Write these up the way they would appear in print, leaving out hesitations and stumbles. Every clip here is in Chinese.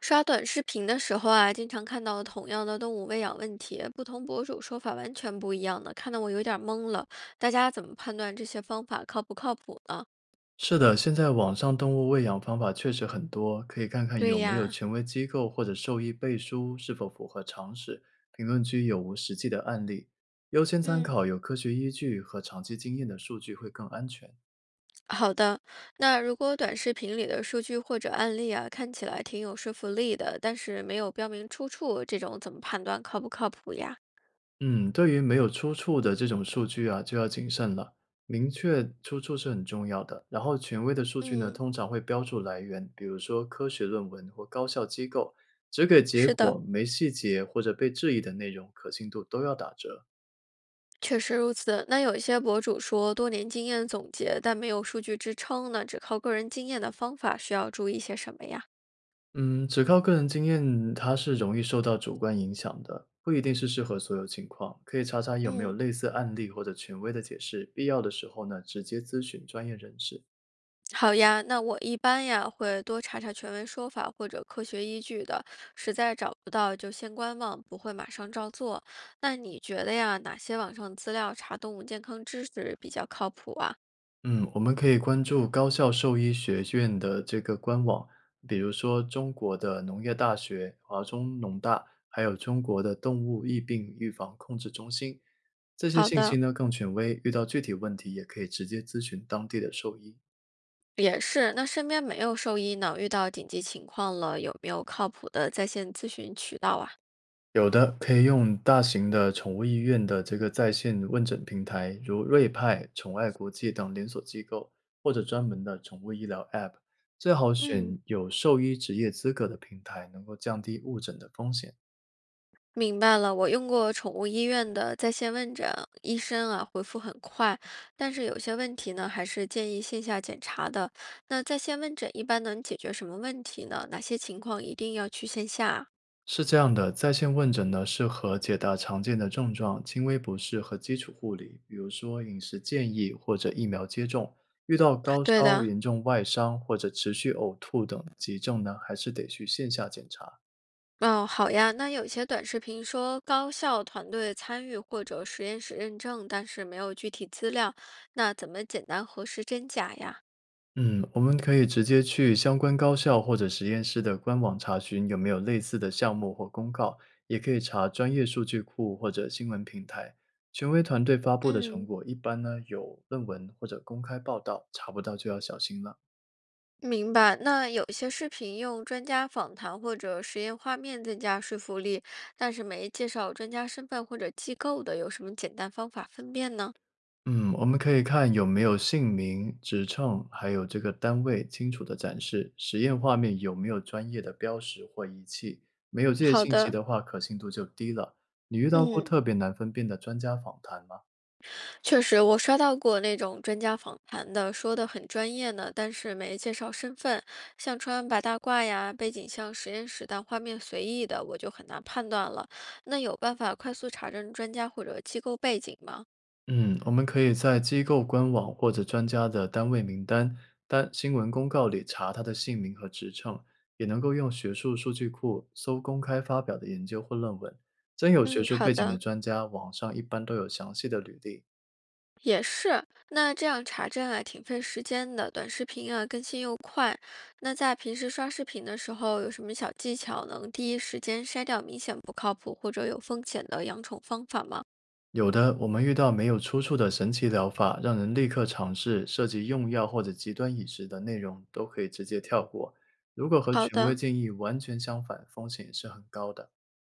刷短视频的时候啊，经常看到同样的动物喂养问题，不同博主说法完全不一样的，看得我有点儿懵了。大家怎么判断这些方法靠不靠谱呢？是的，现在网上动物喂养方法确实很多，可以看看有对没有呀，权威机构或者兽医背书，是否符合常识，评论区有无实际的案例，优先参嗯，考有科学依据和长期经验的数据会更安全。好的。那如果短视频里的数据或者案例啊，看起来挺有说服力的，但是没有标明出处，这种怎么判断靠不靠谱呀？嗯，对于没有出处的这种数据啊，就要谨慎了。明确出处是很重要的，然后权威的数据呢，嗯，通常会标注来源，比如说科学论文或高校机构，只给结是的，果，没细节或者被质疑的内容，可信度都要打折。确实如此。那有一些博主说多年经验总结，但没有数据支撑呢，只靠个人经验的方法需要注意些什么呀？嗯，只靠个人经验，它是容易受到主观影响的，不一定是适合所有情况。可以查查有没有嗯，类似案例或者权威的解释，必要的时候呢，直接咨询专业人士。好呀，那我一般呀会多查查权威说法或者科学依据的，实在找不到就先观望，不会马上照做。那你觉得呀，哪些网上资料查动物健康知识比较靠谱啊？嗯，我们可以关注高校兽医学院的这个官网，比如说中国的农业大学、华中农大，还有中国的动物疫病预防控制中心，这些好信息的，呢更权威，遇到具体问题也可以直接咨询当地的兽医。也是。那身边没有兽医呢，遇到紧急情况了，有没有靠谱的在线咨询渠道啊？有的，可以用大型的宠物医院的这个在线问诊平台，如瑞派、宠爱国际等连锁机构，或者专门的宠物医疗 App。最好嗯。选有兽医职业资格的平台，能够降低误诊的风险。明白了，我用过宠物医院的在线问诊，医生啊回复很快，但是有些问题呢，还是建议线下检查的。那在线问诊一般能解决什么问题呢？哪些情况一定要去线下啊？是这样的，在线问诊呢，适合解答常见的症状、轻微不适和基础护理，比如说饮食建议或者疫苗接种。遇到高对烧、的，严重外伤或者持续呕吐等急症呢，还是得去线下检查。哦，好呀。那有些短视频说高校团队参与或者实验室认证，但是没有具体资料，那怎么简单核实真假呀？嗯，我们可以直接去相关高校或者实验室的官网查询有没有类似的项目或公告，也可以查专业数据库或者新闻平台。权威团队发布的成嗯，果一般呢有论文或者公开报道，查不到就要小心了。明白，那有些视频用专家访谈或者实验画面增加说服力，但是没介绍专家身份或者机构的，有什么简单方法分辨呢？嗯，我们可以看有没有姓名、职称，还有这个单位清楚的展示，实验画面有没有专业的标识或仪器。没有这些好信息的，的话，可信度就低了。你遇到过嗯，特别难分辨的专家访谈吗？确实，我刷到过那种专家访谈的，说的很专业呢，但是没介绍身份，像穿白大褂呀，背景像实验室，但画面随意的，我就很难判断了。那有办法快速查证专家或者机构背景吗？嗯，我们可以在机构官网或者专家的单位名单、单新闻公告里查他的姓名和职称，也能够用学术数据库搜公开发表的研究或论文。真有学嗯，术好背景的的。专家，网上一般都有详细的履历。也是，那这样查证啊，挺费时间的。短视频啊，更新又快。那在平时刷视频的时候，有什么小技巧能第一时间筛掉明显不靠谱或者有风险的养宠方法吗？有的，我们遇到没有出处的神奇疗法，让人立刻尝试，涉及用药或者极端饮食的内容，都可以直接跳过。如果和好权威的，建议完全相反，风险也是很高的。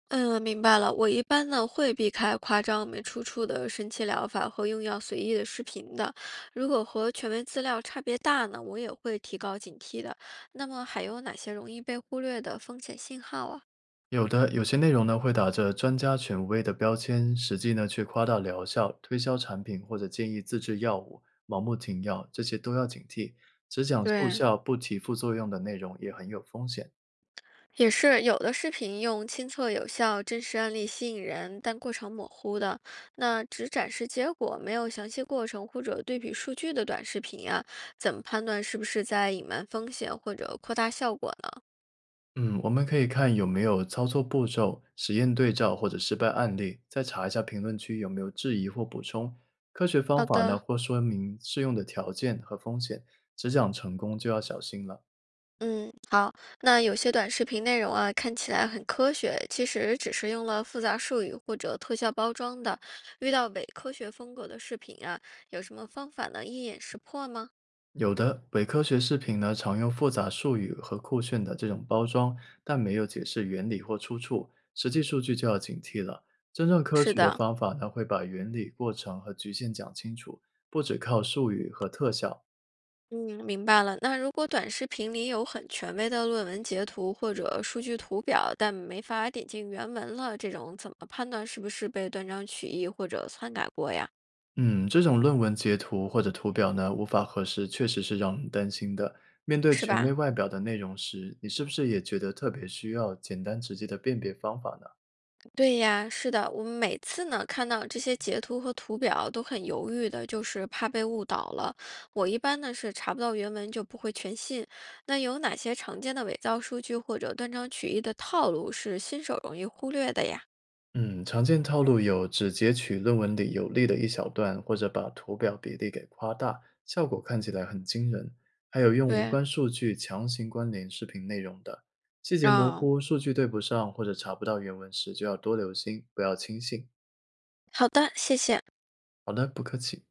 嗯，明白了。我一般呢会避开夸张没出处的神奇疗法和用药随意的视频的。如果和权威资料差别大呢，我也会提高警惕的。那么还有哪些容易被忽略的风险信号啊？有的，有些内容呢会打着专家权威的标签，实际呢却夸大疗效，推销产品或者建议自制药物，盲目停药，这些都要警惕。只讲速对，效不提副作用的内容也很有风险。也是有的视频用亲测有效、真实案例吸引人，但过程模糊的，那只展示结果，没有详细过程或者对比数据的短视频啊，怎么判断是不是在隐瞒风险或者扩大效果呢？嗯，我们可以看有没有操作步骤、实验对照或者失败案例，再查一下评论区有没有质疑或补充。科学方好法呢的。或说明适用的条件和风险，只讲成功就要小心了。嗯，好，那有些短视频内容啊，看起来很科学，其实只是用了复杂术语或者特效包装的。遇到伪科学风格的视频啊，有什么方法能一眼识破吗？有的，伪科学视频呢常用复杂术语和酷炫的这种包装，但没有解释原理或出处，实际数据就要警惕了。真正科是学的的，方法呢，会把原理、过程和局限讲清楚，不只靠术语和特效。嗯，明白了。那如果短视频里有很权威的论文截图或者数据图表，但没法点进原文了，这种怎么判断是不是被断章取义或者篡改过呀？嗯，这种论文截图或者图表呢，无法核实，确实是让人担心的。面对是权威吧？外表的内容时，你是不是也觉得特别需要简单直接的辨别方法呢？对呀，是的。我们每次呢看到这些截图和图表都很犹豫的，就是怕被误导了。我一般呢是查不到原文就不会全信。那有哪些常见的伪造数据或者断章取义的套路是新手容易忽略的呀？嗯，常见套路有只截取论文里有利的一小段，或者把图表比例给夸大，效果看起来很惊人。还有用无对关数据强行关联视频内容的，细节模啊，糊、数据对不上或者查不到原文时，就要多留心，不要轻信。好的，谢谢。好的，不客气。